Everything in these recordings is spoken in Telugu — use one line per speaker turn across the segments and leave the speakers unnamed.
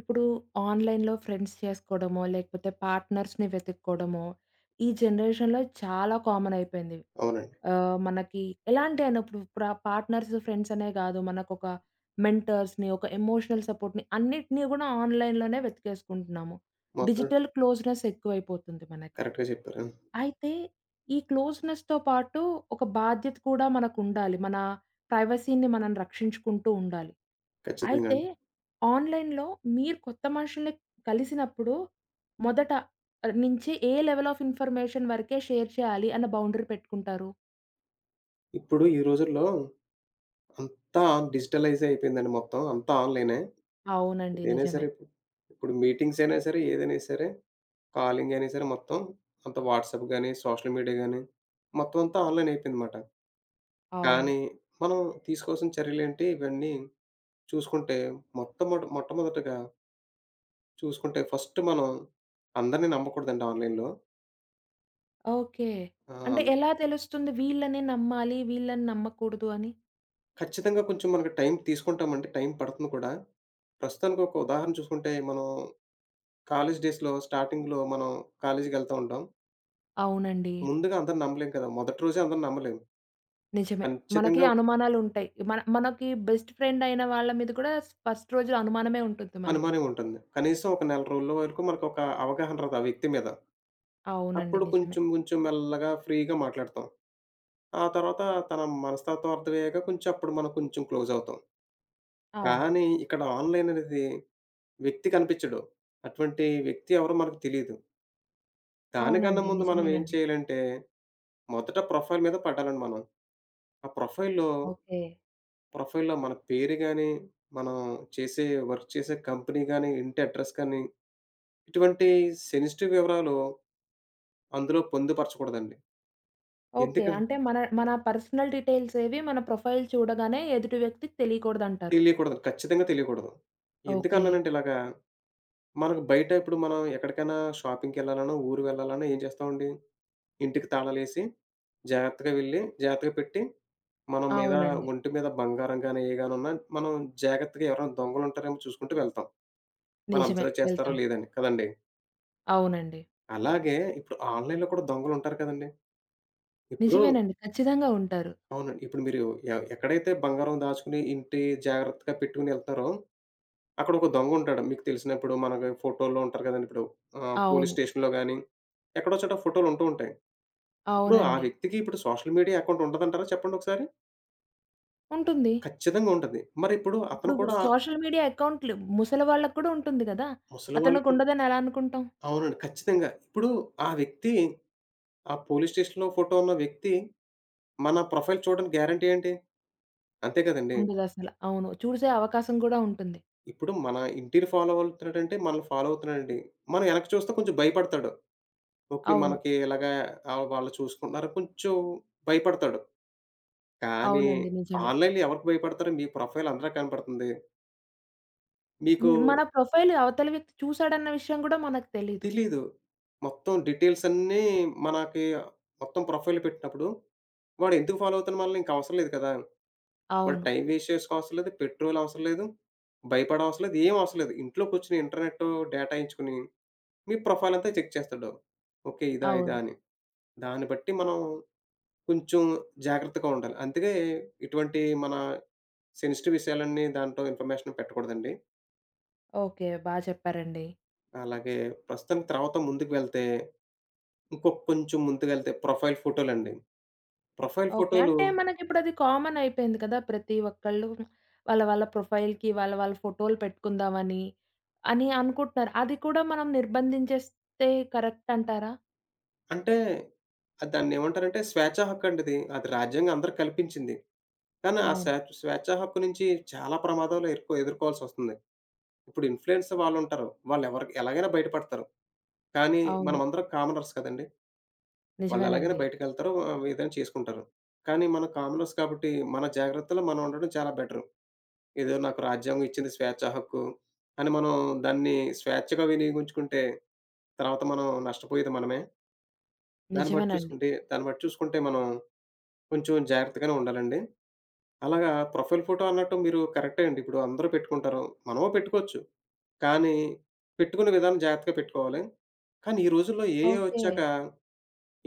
ఇప్పుడు ఆన్‌లైన్‌లో ఫ్రెండ్స్ చేసుకోవడమో, లేకపోతే పార్ట్నర్స్‌ని వెతుక్కోవడమో, ఈ జనరేషన్‌లో చాలా కామన్ అయిపోయింది.
అవునండి.
మనకి ఎలాంటి అయినా ఇప్పుడు పార్ట్నర్స్, ఫ్రెండ్స్ అనే కాదు. మనకొక మెంటర్స్‌ని, ఒక ఎమోషనల్ సపోర్ట్‌ని అన్నిటిని కూడా ఆన్‌లైన్‌లోనే వెతికేసుకుంటున్నాము.
మొత్తం
డిజిటల్ క్లోజ్‌నెస్ ఎక్కువైపోతుంది మనకి.
కరెక్ట్‌గా చెప్పారు.
అయితే ఈ క్లోజ్‌నెస్‌తో పాటు ఒక బాధ్యత కూడా మనకుండాలి. మన ప్రైవసీని మనం రక్షించుకుంటూ ఉండాలి.
ఖచ్చితంగా
అయితే
అండి.
ఆన్‌లైన్‌లో మీరు కొత్త మనుషుల్ని కలిసినప్పుడు, మొదట నుంచి ఏ లెవెల్ ఆఫ్ ఇన్ఫర్మేషన్ వరకే షేర్ చేయాలి అన్న బౌండరీ పెట్టుకుంటారు?
ఇప్పుడు ఈ రోజుల్లో అంతా డిజిటలైజ్ అయిపోయిందండి మొత్తం. అంతా ఆన్‌లైనే.
అవునండి.
ఏదైనా సరే
నిజమే.
ఇప్పుడు, ఇప్పుడు మీటింగ్స్ అయినా సరే, ఏదైనా సరే, కాలింగ్ అయినా సరే మొత్తం అంత వాట్సాప్ గాని, సోషల్ మీడియా గాని మొత్తం అంతా ఆన్‌లైన్ అయిపోయిందన్నమాట.
అవును.
కానీ మనం తీసుకోవాల్సిన చర్యలేంటి ఇవన్నీ చూసుకుంటే మొట్టమొదటగా చూసుకుంటే ఫస్ట్ మనం అందరిని నమ్మకూడదండి ఆన్‌లైన్‌లో.
ఓకే.
ఆ!
అంటే ఎలా తెలుస్తుంది వీళ్ళని నమ్మాలి, వీళ్ళని నమ్మకూడదు అని?
ఖచ్చితంగా కొంచెం మనకి టైం తీసుకుంటామండి. టైం పడుతుంది కూడా. ప్రస్తుతానికి ఒక ఉదాహరణ చూసుకుంటే, మనం కాలేజ్ డేస్‌లో స్టార్టింగ్‌లో మనం కాలేజ్‌కెళ్తా ఉంటాం.
అవునండి.
ముందుగా అందరిని నమ్మలేం కదా! మొదటి రోజే అందరిని నమ్మలేము.
నిజమే. మనకి
ఖచ్చితంగా
అనుమానాలుంటాయి. మనకి బెస్ట్ ఫ్రెండ్ అయిన వాళ్ళ మీద కూడా ఫస్ట్ రోజు అనుమానమే ఉంటుంది మనకి.
అనుమానం ఉంటుంది. కనీసం ఒక నెల రోజుల వరకు మనకొక అవగాహన రాదు ఆ వ్యక్తి మీద.
అవునండి.
అప్పుడు
నిజమే.
కొంచెం కొంచెం మెల్లగా ఫ్రీగా మాట్లాడతాం. ఆ తర్వాత తన మనస్తత్వం అర్థమయ్యాక కొంచెం అప్పుడు మనం కొంచెం క్లోజ్ అవుతాం.
అవును.
కానీ ఇక్కడ ఆన్‌లైన్ అనేది వ్యక్తి కనిపించడు. అటువంటి వ్యక్తి ఎవరో మనకు తెలీదు. దానికన్నా
అవునండి.
ముందు మనం ఏం
నిజమేనండి.
చేయాలంటే, మొదట ప్రొఫైల్ మీద పడ్డాలండి మనం. ఆ ప్రొఫైల్‌లో
ఓకే.
ప్రొఫైల్‌లో మన పేరు గాని, మనం చేసే వర్క్ చేసే కంపెనీ గాని, ఇంటి అడ్రెస్ కానీ, ఇటువంటి సెన్సిటివ్ వివరాలు అందులో పొందుపరచకూడదండి.
ఓకే.
ఎందుకం
అంటే మన మన పర్సనల్ డీటెయిల్స్ ఏవి మన ప్రొఫైల్ చూడగానే ఎదుటి వ్యక్తికి తెలియకూడదంటారు.
తెలియకూడదు. ఖచ్చితంగా తెలియకూడదు.
ఓకే.
ఎందుకన్నానంటే ఇలాగా, మనకు బయట ఇప్పుడు మనం ఎక్కడికైనా షాపింగ్‌కెళ్ళాలన్నా, ఊరు వెళ్ళాలన్నా ఏం చేస్తామండి? ఇంటికి తాళాలేసి, జాగ్రత్తగా వెళ్లి, జాగ్రత్తగా పెట్టి, మనం మీద
అవునండి.
ఒంటి మీద బంగారం గాని, ఏ గాని ఉన్నా మనం జాగ్రత్తగా ఎవరైనా దొంగలుంటారేమో చూసుకుంటూ వెళ్తాం. మనం
నిజమే.
అబ్జర్వ్ చేస్తారో
వెళ్తాము.
లేదని. కదండీ!
అవునండి.
అలాగే ఇప్పుడు ఆన్‌లైన్‌లో కూడా దొంగలుంటారు కదండీ! ఇప్పుడు
నిజమేనండి. ఖచ్చితంగా ఉంటారు.
అవునండి. ఇప్పుడు మీరు ఎక్కడైతే బంగారం దాచుకుని ఇంటి జాగ్రత్తగా పెట్టుకొని ఎళ్తారో, అక్కడ ఒక దొంగుంటాడు. మీకు తెలిసినప్పుడు మనకి ఫోటోల్లో ఉంటారు కదండీ! ఇప్పుడు పోలీస్
అవును.
స్టేషన్‌లో గాని, ఎక్కడో చోట ఫోటోలుంటూ ఉంటాయి. ఇప్పుడు ఆ
అవునండి.
వ్యక్తికి ఇప్పుడు సోషల్ మీడియా అకౌంట్ ఉండదంటారా చెప్పండొకసారి?
ఉంటుంది.
ఖచ్చితంగా ఉంటది. మరిప్పుడు అతను
ఇప్పుడు
కూడా
సోషల్ మీడియా అకౌంట్‌లు ముసలి వాళ్ళకి కూడా ఉంటుంది గదా!
ముసలి
అతనికి
వాళ్ళకు
ఉండదని ఎలా అనుకుంటాం?
అవునండి. ఖచ్చితంగా. ఇప్పుడు ఆ వ్యక్తి ఆ పోలీస్ స్టేషన్‌లో ఫోటో ఉన్న వ్యక్తి మన ప్రొఫైల్ చూడడానికి గ్యారంటీ ఏంటి? అంతే కదండీ!
ఉండదసల. అవును. చూసే అవకాశం కూడా ఉంటుంది.
ఇప్పుడు మన ఇంటిని ఫాలో అవుతున్నాడంటే మనల్ని ఫాలో అవుతున్నాడండి. మనం వెనక్కి చూస్తే కొంచెం భయపడతాడు. ఓకే.
అవును.
మనకి ఇలాగా వాళ్ళు చూసుకుంటున్నారు కొంచెం భయపడతాడు. కానీ
అవునండి. నిజమే.
ఆన్‌లైన్‌లో ఎవరికి భయపడతారు? మీ ప్రొఫైల్ అందరికి కనపడుతుంది. మీకు
హ్మ్. మన ప్రొఫైల్ అవతల వ్యక్తి చూసాడన్న విషయం గూడా మనకు తెలీదు.
తెలీదు. మొత్తం డీటెయిల్స్ అన్నీ మనకి మొత్తం ప్రొఫైల్ పెట్టినప్పుడు, వాడెందుకు ఫాలో అవుతాడు మనల్ని? ఇంక అవసరం లేదు కదా! వాడు
అవును.
టైమ్ వేస్ట్ చేసుకో అవసరం లేదు. పెట్రోల్ అవసరం లేదు. భయపడ అవసరం లేదు. ఏం అవసరం లేదు. ఇంట్లో కూర్చొని ఇంటర్నెట్ డేటా ఎయించుకొని, మీ ప్రొఫైల్ అంతా చెక్ చేస్తాడు. ఓకే. ఇదా? ఇదా?
అవును.
అని. దాన్ని బట్టి మనం కొంచెం జాగ్రత్తగా ఉండాలి. అందుకే ఇటువంటి మన సెన్సిటివ్ విషయాలన్నీ దాంట్లో ఇన్ఫర్మేషన్ పెట్టకూడదండి.
ఓకే. బా చెప్పారండి.
అలాగే ప్రస్తుతానికి తర్వాత ముందుకు వెళ్తే ఇంకొ కొంచెం ముందుకెళ్తే ప్రొఫైల్ ఫోటోలండి. Profile
okay.
ఫోటోలు
అంటే మనకిప్పుడది కామన్ అయిపోయింది కదా! ప్రతి ఒక్కళ్ళు వాళ్ళ వాళ్ళ ప్రొఫైల్‌కి వాళ్ళ వాళ్ళ ఫోటోలు పెట్టుకుందామని, అని అనుకుంటున్నారు. అది కూడా మనం నిర్బంధించేస్తే కరెక్ట్ అంటారా?
అంటే దాన్నేమంటారంటే స్వేచ్ఛా హక్కండిది. అది రాజ్యాంగం అందరికి కల్పించింది. కానీ ఆ
అవును.
స్వే స్వేచ్ఛా హక్కు నుంచి చాలా ప్రమాదాలు ఎదుర్కోవాల్సొస్తుంది. ఇప్పుడు ఇన్‌ఫ్లుయెన్స్ వాళ్ళుంటారు. వాళ్ళెవరికి ఎలాగైనా బయటపడతారు. కానీ
అవును.
మనమందరం కామనర్స్ కదండీ! వాళ్ళెలాగైనా
నిజమేనండి.
బయటికెళ్తారు. ఏదైనా చేసుకుంటారు. కానీ మనం కామనర్స్ కాబట్టి మన జాగ్రత్తలో మనం ఉండడం చాలా బెటరు. ఏదో నాకు రాజ్యాంగం ఇచ్చింది స్వేచ్ఛా హక్కు అని మనం దాన్ని స్వేచ్ఛగా వినియోగించుకుంటే, తర్వాత మనం నష్టపోయేది మనమే.
నిజమేనండి.
దాన్ని బట్టి చూసుకుంటే మనం కొంచెం జాగ్రత్తగానే ఉండాలండి. అలాగా ప్రొఫైల్ ఫోటో అన్నట్టు మీరు కరెక్టే అండి. ఇప్పుడు అందరూ పెట్టుకుంటారు. మనము పెట్టుకోవచ్చు. కానీ పెట్టుకునే విధానం జాగ్రత్తగా పెట్టుకోవాలి. కానీ ఈ రోజుల్లో ఏఐ
ఓకే.
వచ్చాక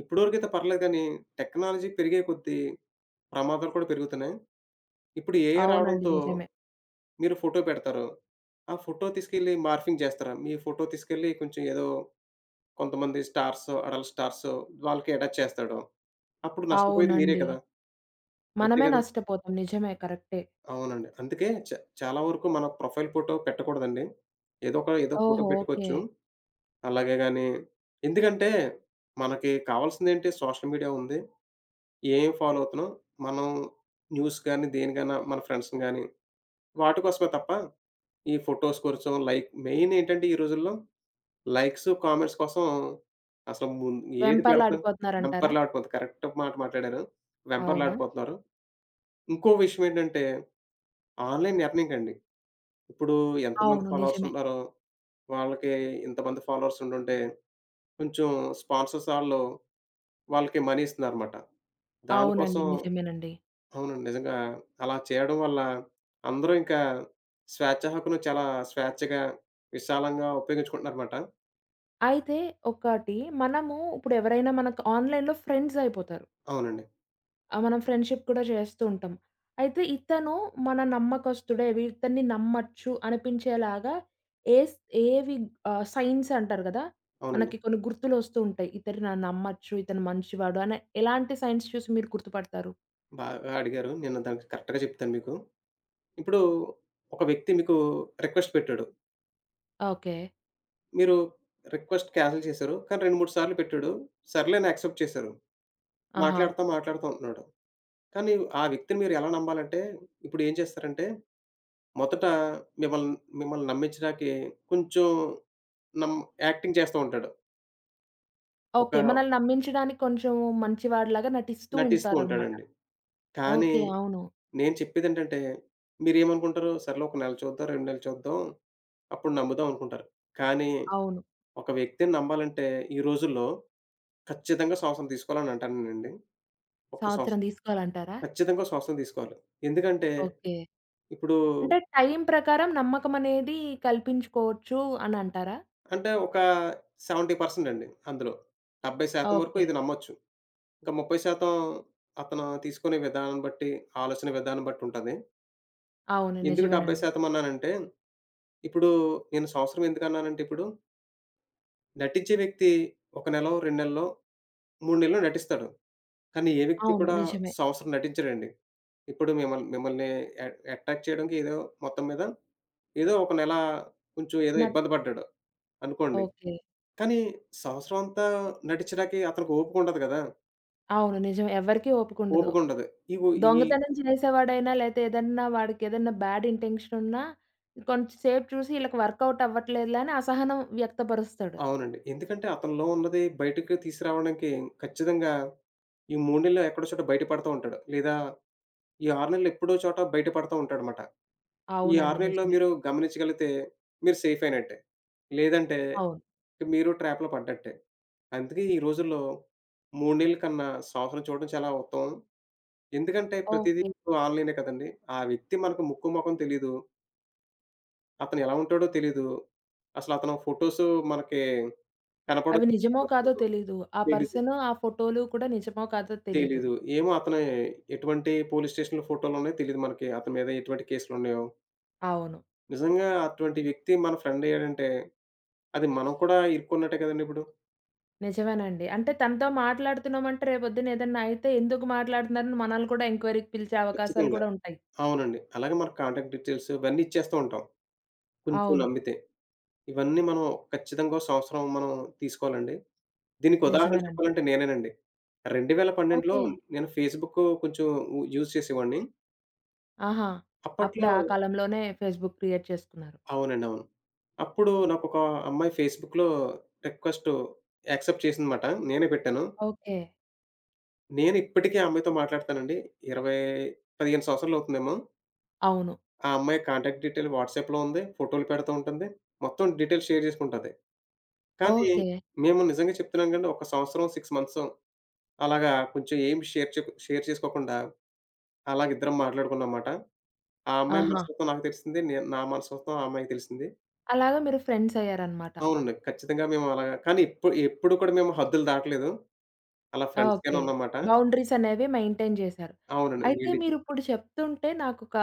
ఇప్పటివరకైతే పర్లేదు కానీ టెక్నాలజీ పెరిగే కొద్దీ ప్రమాదాలు కూడా పెరుగుతున్నాయి. ఇప్పుడు ఏఐ
అవునండి.
రావడంతో
నిజమే.
మీరు ఫోటో పెడతారు. ఆ ఫోటో తీసుకెళ్ళి మార్ఫింగ్ చేస్తారా? మీ ఫోటో తీసుకెళ్ళి కొంచెం ఏదో కొంతమంది స్టార్సో, అడల్ట్ స్టార్సో వాళ్ళకి అటాచ్ చేస్తాడు. అప్పుడు నష్టపోయేది మీరే
అవునండి.
కదా! అంతే
మనమే
కదండీ.
నష్టపోతాం. నిజమే. కరెక్టే.
అవునండి. అందుకే చాలా వరకు మన ప్రొఫైల్ ఫోటో పెట్టకూడదండి. ఏదో ఒక ఏదో ఫోటో
ఓహో! ఓకే.
పెట్టుకోవచ్చు. అలాగే గాని ఎందుకంటే మనకి కావాల్సిందేంటి సోషల్ మీడియా ఉంది. ఏం ఫాలో అవుతున్నాం. మనం న్యూస్ గాని, దేనికైనా మన ఫ్రెండ్స్‌ని గాని వాటి కోసమే తప్ప ఈ ఫోటోస్ కోసం లైక్ మెయిన్ ఏంటంటే ఈ రోజుల్లో లైక్స్, కామెంట్స్ కోసం అసలు ఏది పెడతాం
వెంపర్లాడిపోతున్నారంటారా?
వెంపర్లాడిపోతుంది. కరెక్ట్ మాట మాట్లాడారు.
అవునా?
వెంపర్లాడిపోతున్నారు. ఇంకో విషయం ఏంటంటే ఆన్‌లైన్ ఎర్నింగండి. ఇప్పుడు ఎంతమంది
అవును.
ఫాలోవర్స్
నిజమే.
ఉన్నారో వాళ్ళకి ఇంతమంది ఫాలోవర్స్ ఉండుంటే కొంచెం స్పాన్సర్స్ ఆళ్ళు వాళ్ళకి మనీ ఇస్తున్నారన్నమాట.
అవునండి.
దానికోసం
నిజమేనండి.
అవునండి. నిజంగా అలా చేయడం వల్ల అందరూ ఇంకా స్వేచ్ఛ హక్కును చాలా స్వేచ్ఛగా, విశాలంగా ఉపయోగించుకుంటున్నారన్నమాట.
అయితే ఒకటి మనము ఇప్పుడెవరైనా మనకు ఆన్‌లైన్‌లో ఫ్రెండ్స్ అయిపోతారు.
అవునండి.
మనం ఫ్రెండ్‌షిప్ కూడా చేస్తూ ఉంటాం. అయితే ఇతను మన నమ్మకస్తుడే, ఇతన్ని నమ్మొచ్చు అనిపించేలాగా ఏస్ ఏవి సైన్స్ అంటారు కదా!
అవునండి.
మనకి కొన్ని గుర్తులొస్తూ ఉంటాయి. ఇతను నమ్మొచ్చు, ఇతను మంచివాడు అని ఎలాంటి సైన్స్ చూసి మీరు గుర్తుపడతారు?
బాగా అడిగారు. నేను దానికి కరెక్ట్‌గా చెప్తాను మీకు. ఇప్పుడు ఒక వ్యక్తి మీకు రిక్వెస్ట్ పెట్టాడు.
ఓకే.
మీరు రిక్వెస్ట్ క్యాన్సెల్ చేశారు. కానీ 2, 3 సార్లు పెట్టాడు. సర్లే అని యాక్సెప్ట్ చేశారు.
ఆహా!
మాట్లాడతాం, మాట్లాడతాం అంటున్నాడు. కానీ ఆ వ్యక్తిని మీరు ఎలా నమ్మాలంటే ఇప్పుడు ఏం చేస్తారంటే మొదట మిమ్మల్ని మిమ్మల్ని నమ్మించడానికి కొంచెం నమ్ యాక్టింగ్ చేస్తూ ఉంటాడు. ఒక
ఓకే. మనల్ని నమ్మించడానికి కొంచెం మంచివాడిలాగా నటిస్తూ
నటిస్తూ
ఉంటారనమాట.
ఉంటాడండి. కానీ
ఓకే. అవును.
నేను చెప్పేదేంటంటే, మీరేమనుకుంటారు? సర్లే ఒక నెల చూద్దాం, 2 నెలలు చూద్దాం. అప్పుడు నమ్ముదాం అనుకుంటారు. కానీ,
అవును.
ఒక వ్యక్తిని నమ్మాలంటే ఈ రోజుల్లో ఖచ్చితంగా సంవత్సరం తీసుకోవాలని అంటానండి. ఒక
సంవత్సరం
సంవత్సరం
తీసుకోవాలంటారా?
ఖచ్చితంగా సంవత్సరం తీసుకోవాలి. ఎందుకంటే,
ఓకే.
ఇప్పుడు
అంటే టైం ప్రకారం నమ్మకమనేది కల్పించుకోవచ్చు అనంటారా?
అంటే ఒక 70% అండి అందులో. 70% వరకు
ఓకే.
ఇది నమ్మొచ్చు. ఇంకా 30% అతను తీసుకునే విధానం బట్టి, ఆలోచన విధానం బట్టి ఉంటది.
అవును.
ఎందుకు
నిజమేనండి.
70% అన్నానంటే, ఇప్పుడు నేను సంవత్సరం ఎందుకన్నానంటే ఇప్పుడు నటించే వ్యక్తి ఒక నెలో, 2 నెలల్లో, 3 నెలల్లో నటిస్తాడు. కానీ ఏ వ్యక్తి
అవును.
కూడా
నిజమే.
సంవత్సరం నటించడండి. ఇప్పుడు మిమ్మల్ని ఎ అటాక్ చేయడానికి ఏదో మొత్తం మీద ఏదో ఒక నెల కొంచెం ఏదో
నట్
ఇబ్బంది పడ్డాడు అనుకోండి.
ఓకే.
కానీ సంవత్సరం అంతా నటించడానికి అతనికి ఓపిక ఉండదు కదా!
అవును. నిజమే. ఎవ్వరికీ ఓపికుండదు.
ఓపిక ఉండదు. ఇవు ఈ
దొంగతనం చేసేవాడైనా లేతే ఏదన్నా వాడికేదన్నా బ్యాడ్ ఇంటెన్షన్ ఉన్నా కొంచెం సేపు చూసి ఈళ్ళకి వర్కౌట్ అవ్వట్లేదులే అని అసహనం వ్యక్తపరుస్తాడు.
అవునండి. ఎందుకంటే అతనిలో ఉన్నది బయటకి తీసుకురావడానికి ఖచ్చితంగా ఈ 3 నెలల్లో ఎక్కడో చోట బయట పడతా ఉంటాడు. లేదా ఈ 6 నెలలు ఎప్పుడో చోట బయట పడతా ఉంటాడన్నమాట. ఈ 6
అవునండి.
నెలల్లో
నిజమే.
మీరు గమనించగలిగితే మీరు సేఫ్ అయినట్టే. లేదంటే
అవును.
మీరు ట్రాప్‌లో పడ్డట్టే. అందుకే ఈ రోజుల్లో 3 నెలల కన్నా సంవత్సరం చూడడం చాలా ఉత్తమం. ఎందుకంటే ప్రతీదీ
ఓకే.
ఇప్పుడు ఆన్‌లైనే కదండీ! ఆ వ్యక్తి మనకు ముక్కు, మొఖం తెలీదు. అతను ఎలా ఉంటాడో తెలీదు. అసలు అతను ఫోటోస్ మనకి
అవి
కనపడవు.
నిజమో కాదో తెలీదు. ఆ
తెలీదు.
పర్సన్, ఆ ఫోటోలు కూడా నిజమో కాదో తెలీదు.
తెలీదు. ఏమో అతను ఎటువంటి పోలీస్ స్టేషన్‌లో ఫోటోలున్నాయో తెలీదు మనకి. అతని మీద ఎటువంటి కేసులున్నాయో.
అవును.
నిజంగా అటువంటి వ్యక్తి మన ఫ్రెండ్ అయ్యాడంటే అది మనం కూడా ఇరుక్కున్నట్టే కదండీ ఇప్పుడు.
నిజమేనండి. అంటే తనతో మాట్లాడుతున్నామంటే రేపొద్దున ఏదన్నా అయితే ఎందుకు మాట్లాడుతున్నారని మనల్ని కూడా ఎంక్వైరీకి పిలిచే అవకాశాలు
ఖచ్చితంగా.
గూడా ఉంటాయి.
అవునండి. అలాగే మన కాంటాక్ట్ డీటెయిల్స్ ఇవన్నీ ఇచ్చేస్తూ ఉంటాం. కొంచెం
అవును.
నమ్మితే. ఇవన్నీ మనం ఖచ్చితంగా ఓ సంవత్సరం మనం తీసుకోవాలండి. దీనికి ఉదాహరణ
నిజమేనండి.
చెప్పాలంటే నేనేనండి. 2012లో
ఓకే.
నేను ఫేస్‌బుక్ కొంచెం యూజ్ చేసేవాడిని.
ఆహా! అప్పుడే
అప్పట్లో
ఆ కాలంలోనే ఫేస్‌బుక్ క్రియేట్ చేసుకున్నారు.
అవునండి. అవును. అప్పుడు నాకొక అమ్మాయి ఫేస్‌బుక్‌లో రిక్వెస్ట్ యాక్సెప్ట్ చేసిందన్నమాట. నేనే పెట్టాను.
ఓకే.
నేను ఇప్పటికీ ఆ అమ్మాయితో మాట్లాడతానండి. 20, 15 సంవత్సరాలు అవుతుందేమో!
అవును.
ఆ అమ్మాయి కాంటాక్ట్ డీటెయిల్ వాట్సాప్‌లో ఉంది. ఫోటోలు పెడతా ఉంటుంది. మొత్తం డీటెయిల్స్ షేర్ చేసుకుంటది. కానీ
ఓకే.
మేము నిజంగా చెప్తున్నాం కండి ఒక సంవత్సరం, 6 మంత్స్ అలాగా కొంచెం ఏమి షేర్ చేసుకోకుండా అలాగ ఇద్దరం మాట్లాడుకున్నామాట. ఆ అమ్మాయి
ఆహా!
మనస్తత్వం నాకు తెలిసింది. నా మనస్తత్వం ఆ అమ్మాయికి తెలిసింది.
అలాగా మీరు ఫ్రెండ్స్ అయ్యారన్నమాట.
అవునండి. ఖచ్చితంగా మేము అలాగా కానీ ఎప్పుడు ఎప్పుడు కూడా మేము హద్దులు దాటలేదు. అలా ఫ్రెండ్స్‌గానే
ఓకే.
ఉన్నాం మాట.
బౌండరీస్ అనేవి మెయింటైన్ చేశారు.
అవునండి.
అయితే
మీడియం
మీరిప్పుడు చెప్తుంటే నాకొక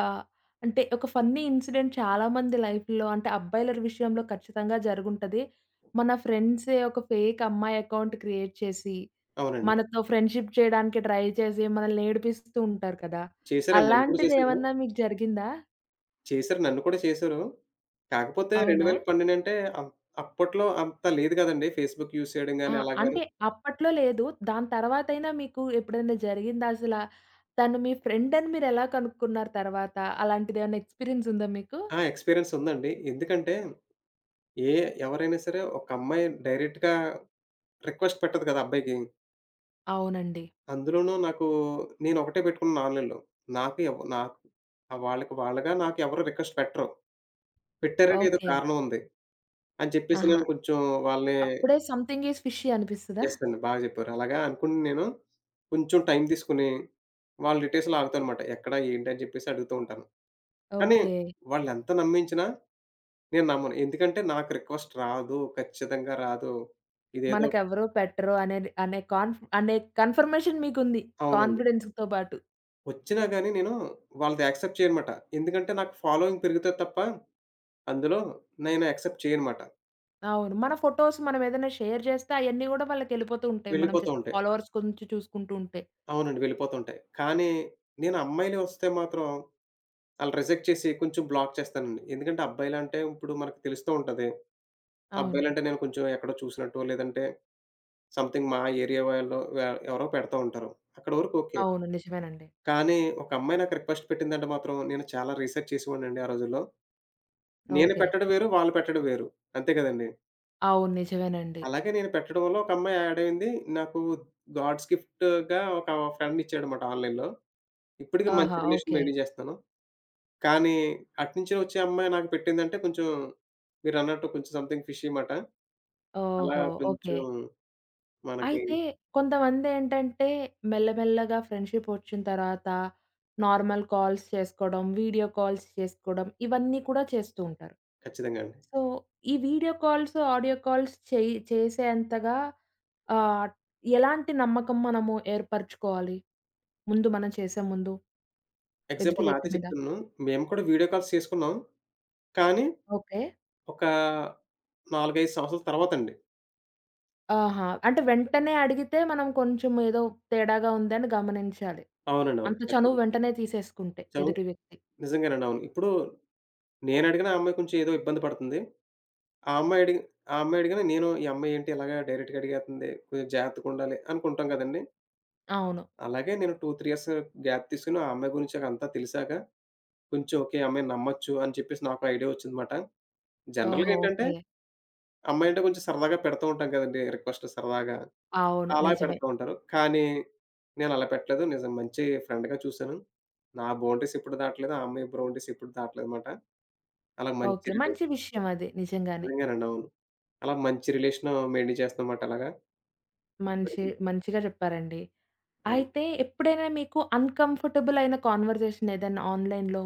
అంటే ఒక ఫన్నీ ఇన్సిడెంట్ చాలామంది లైఫ్‌లో అంటే అబ్బాయిల విషయంలో ఖచ్చితంగా జరుగుంటది. మన ఫ్రెండ్సే ఒక ఫేక్ అమ్మాయి అకౌంట్ క్రియేట్ చేసి,
అవునండి.
మనతో ఫ్రెండ్‌షిప్ చేయడానికి ట్రై చేసి మనల్ని ఏడిపిస్తూ ఉంటారు కదా!
చేశారండి. నన్ను కూడా చేశారు.
అలాంటిదేమన్నా మీకు జరిగిందా?
చేశారు. నన్ను కూడా చేశారు. కాకపోతే
అవునా?
2012 అంటే అం అప్పట్లో అంత లేదు కదండీ. ఫేస్‌బుక్ యూజ్ చేయడం
ఆ!
గాని అలా గాని.
అంటే అప్పట్లో లేదు. దాని తర్వాతైనా మీకు ఎప్పుడైనా జరిగిందా అసల? తను మీ ఫ్రెండ్ అని మీరెలా కనుక్కున్నారు తర్వాత? అలాంటిదేమన్నా ఎక్స్‌పీరియన్స్ ఉందా మీకు?
ఆ! ఎక్స్‌పీరియన్స్ ఉందండి. ఎందుకంటే ఏ ఎవరైనా సరే ఒక అమ్మాయి డైరెక్ట్‌గా రిక్వెస్ట్ పెట్టదు కదా! అబ్బాయికి.
అవునండి.
అందులోనూ నాకు నేను ఒకటే పెట్టుకున్నాను ఆన్‌లైన్‌లో. నాకు ఆ వాళ్ళకి వాళ్ళుగా నాకు ఎవరు రిక్వెస్ట్ పెట్టరు. పెట్టారంటే ఏదో
ఓకే.
కారణం ఉంది. అని చెప్పేసి
ఆహా!
నేను కొంచెం వాళ్ళని
అప్పుడే సంథింగ్ ఈజ్ ఫిష్షీ అనిపిస్తదా?
యెస్ అండి. బాగా జెప్పారు. అలాగా అనుకుని నేను కొంచెం టైం తీసుకొని వాళ్ళ డీటెయిల్స్‌లో ఆగుతానన్నమాట. ఎక్కడ ఏంటి అని జెప్పేసి అడుగుతూ ఉంటాను. కానీ
ఓకే.
వాళ్ళెంత నమ్మించినా నేను నమ్మను. ఎందుకంటే నాకు రిక్వెస్ట్ రాదు. ఖచ్చితంగా రాదు. ఇదేదో
మనకెవరో పెట్టరు అనేది అనే కాన్ఫ్ అనే కన్ఫర్మేషన్ మీకుంది.
అవునండి.
కాన్ఫిడెన్స్‌తో పాటు.
వచ్చినా గాని నేను వాళ్ళది యాక్సెప్ట్ చేయనమాట. ఎందుకంటే నాకు ఫాలోయింగ్ పెరుగుతది తప్ప అందులో నేను యాక్సెప్ట్ చేయనమాట.
అవును. మన ఫోటోస్ మనమేదైనా షేర్ చేస్తే అయన్నీ గూడా వాళ్ళకెళ్ళిపోతూ ఉంటాయి. మనం
వెళ్ళిపోతూ
జస్ట్
ఉంటాయి.
ఫాలోవర్స్ గురించి చూసుకుంటూ ఉంటే.
అవునండి. వెళ్ళిపోతూ ఉంటాయి. కానీ నేను అమ్మాయిలే వస్తే మాత్రం ఆళ్ళు రిజెక్ట్ చేసి కొంచెం బ్లాక్ చేస్తానండి. ఎందుకంటే అబ్బాయిలంటే ఇప్పుడు మనకు తెలుస్తూ ఉంటది.
అవును.
అబ్బాయిలంటే నేను కొంచెం ఎక్కడో చూసినట్టో, లేదంటే సంథింగ్ మా ఏరియా వాళ్ళు ఎవరో పెడతా ఉంటారు. అక్కడి వరకు ఓకే.
అవును. నిజమేనండి.
కానీ ఒక అమ్మాయి నాకు రిక్వెస్ట్ పెట్టిందంటే మాత్రం నేను చాలా రీసెర్చ్ చేసేవాడినండి ఆ రోజుల్లో. నేను
ఓకే.
పెట్టడం వేరు, వాళ్ళు పెట్టడం వేరు. అంతే కదండీ!
అవును. నిజమేనండి.
అలాగే నేను పెట్టడం వల్ల ఒక అమ్మాయి యాడ్ అయింది. నాకు గాడ్స్ గిఫ్ట్‌గా ఒక ఫ్రెండ్ ఇచ్చాడన్నమాట ఆన్‌లైన్‌లో. ఇప్పటికి
ఆహా!
మంచి రిలేషన్
ఓకే.
మెయింటైన్ చేస్తున్నాను. కానీ అటునుంచి వచ్చే అమ్మాయి నాకు పెట్టిందంటే కొంచెం మీరన్నట్టు కొంచెం సంథింగ్ ఫిషీ మాట. అలా
ఓహో! ఓకే.
కొంచెం మనకి
అయితే కొంతమందేంటంటే మెల్లమెల్లగా ఫ్రెండ్‌షిప్ వచ్చిన తర్వాత నార్మల్ కాల్స్ చేసుకోవడం, వీడియో కాల్స్ చేసుకోవడం ఇవన్నీ కూడా చేస్తూ ఉంటారు.
ఖచ్చితంగా అండి.
సో, ఈ వీడియో కాల్స్, ఆడియో కాల్స్ చేసేంతగా ఆహ్, ఎలాంటి నమ్మకం మనము ఏర్పరచుకోవాలి? ముందు మనం చేసే ముందు ఎదుటి
ఎగ్జాంపుల్
వ్యక్తి
నాదే
మీద?
చెప్తున్నాను. మేము కూడా వీడియో కాల్స్ చేసుకున్నాం. కానీ,
ఓకే.
ఒక 4, 5 సంవత్సరాల తర్వాతండి.
ఆహా! అంటే వెంటనే అడిగితే మనం కొంచెం ఏదో తేడాగా ఉందని గమనించాలి.
అవునండి. అవును.
అంత చనువు
ఖచ్చితంగా.
వెంటనే తీసేసుకుంటే
చదువు
ఎదుటి వ్యక్తి.
నిజంగానండి. అవును. ఇప్పుడు నేనడిగినా ఆ అమ్మాయి కొంచెం ఏదో ఇబ్బంది పడుతుంది. ఆ అమ్మాయి అడిగి ఆ అమ్మాయి అడిగినా నేను ఈ అమ్మాయి ఏంటి ఇలాగా డైరెక్ట్‌గా అడిగేత్తంది. కొంచెం జాగ్రత్తగుండాలి అనుకుంటాం కదండీ!
అవును.
అలాగే నేను 2, 3 ఇయర్స్ గ్యాప్ తీసుకొని ఆ అమ్మాయి గురించి నాకు అంతా తెలిసాక కొంచెం ఓకే. ఈ అమ్మాయిని నమ్మొచ్చు అని చెప్పేసి నాకు ఐడియా వచ్చిందన్నమాట. జనరల్‌గా
ఓహో!
ఏంటంటే
ఓకే.
అమ్మాయి అంటే కొంచెం సరదాగా పెడతా ఉంటాం కదండీ! రిక్వెస్ట్ సరదాగా.
అవును.
అలా
నిజమే.
పెడతా ఉంటారు. కానీ నేనలా పెట్టలేదు. నిజం మంచి ఫ్రెండ్‌గా చూసాను. నా బౌండరీస్ ఎప్పుడు దాటలేదు. ఆ అమ్మాయి బౌండరీస్ ఎప్పుడు దాటలేదమాట. అలా మంచి
ఓకే.
రిలేషన్
మంచి విషయం అది నిజంగానే.
నిజంగానండి. అవును. అలా మంచి రిలేషన్ మెయింటైన్ చేస్తున్నామాట అలాగా
మంచి
ఇప్పటికి.
మంచిగా చెప్పారండి.
అవును.
అయితే ఎప్పుడైనా మీకు అన్‌కంఫర్టబుల్ అయిన కాన్వర్జేషన్ ఏదైనా ఆన్‌లైన్‌లో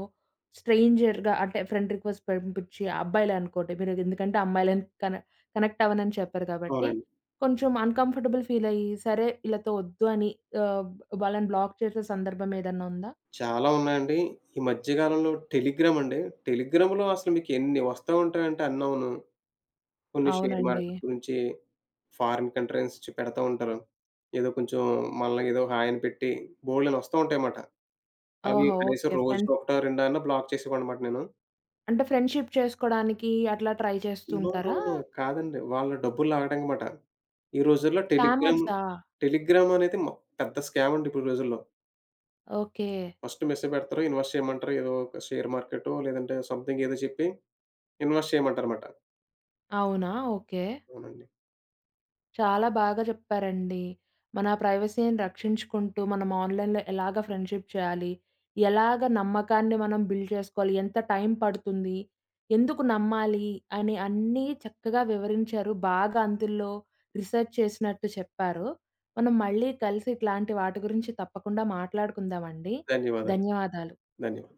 స్ట్రేంజర్‌గా అంటే ఫ్రెండ్ రిక్వెస్ట్ పంపించి అబ్బాయిలే అనుకోండి. మీరు ఎందుకంటే అమ్మాయిలని కనెక్ట్ అవ్వనని చెప్పారు కాబట్టి,
అవునండి.
కొంచెం అన్‌కంఫర్టబుల్ ఫీల్ అయ్యి సరే వీళ్ళతో వద్దు అని ఆహ్, వాళ్ళని బ్లాక్ చేసే సందర్భం ఏదన్నా ఉందా?
చాలా ఉన్నాయండి. ఈ మధ్య కాలంలో టెలిగ్రామ్ అండి. టెలిగ్రామ్‌లో అసలు మీకు ఎన్ని వస్తా ఉంటాయంటే అన్ని అవును. కొన్ని షేర్
అవునండి.
మార్కెట్ గురించి, ఫారిన్ కంట్రీస్ నుంచి పెడతా ఉంటారు. ఏదో కొంచెం మనల్ని ఏదో హాయ్ అని పెట్టి బోలెడన్ని వస్తా ఉంటాయన్నమాట. అవి
ఓహో!
కనీసం
ఓకే.
రోజుకొకటో, రెండో అన్నా బ్లాక్ చేసేవాడినమాట నేను.
అంటే ఫ్రెండ్‌షిప్ చేసుకోవడానికి అట్లా ట్రై చేస్తూ
నో, నో,
ఉంటారా?
నో. కాదండి. వాళ్ళ డబ్బులు లాగడానికి మాట. ఈ రోజుల్లో టెలిగ్రామ్,
స్కామర్సా?
టెలిగ్రామ్ అనేది పెద్ద స్కామ్ అండి ఇప్పుడు రోజుల్లో.
ఓకే.
ఫస్ట్ మెసేజ్ పెడతారు. ఇన్వెస్ట్ చేయమంటారు. ఏదో ఒక షేర్ మార్కెటో లేదంటే సంథింగ్ ఏదో చెప్పి ఇన్వెస్ట్ చేయమంటారు మాట.
అవునా? ఓకే.
అవునండి.
చాలా బాగా చెప్పారండి. మన ప్రైవసీని రక్షించుకుంటూ, మనం ఆన్‌లైన్‌లో ఎలాగ ఫ్రెండ్‌షిప్ చేయాలి? ఎలాగ నమ్మకాన్ని మనం బిల్డ్ చేసుకోవాలి? ఎంత టైం పడుతుంది? ఎందుకు నమ్మాలి? అని అన్నీ చక్కగా వివరించారు. బాగా అందులో రిసర్చ్ చేసినట్టు చెప్పారు. మనం మళ్ళీ కలిసి ఇట్లాంటి వాటి గురించి తప్పకుండా మాట్లాడుకుందామండి.
ధన్యవాదాలు.
ధన్యవాదాలు.
ధన్యవాదాలు.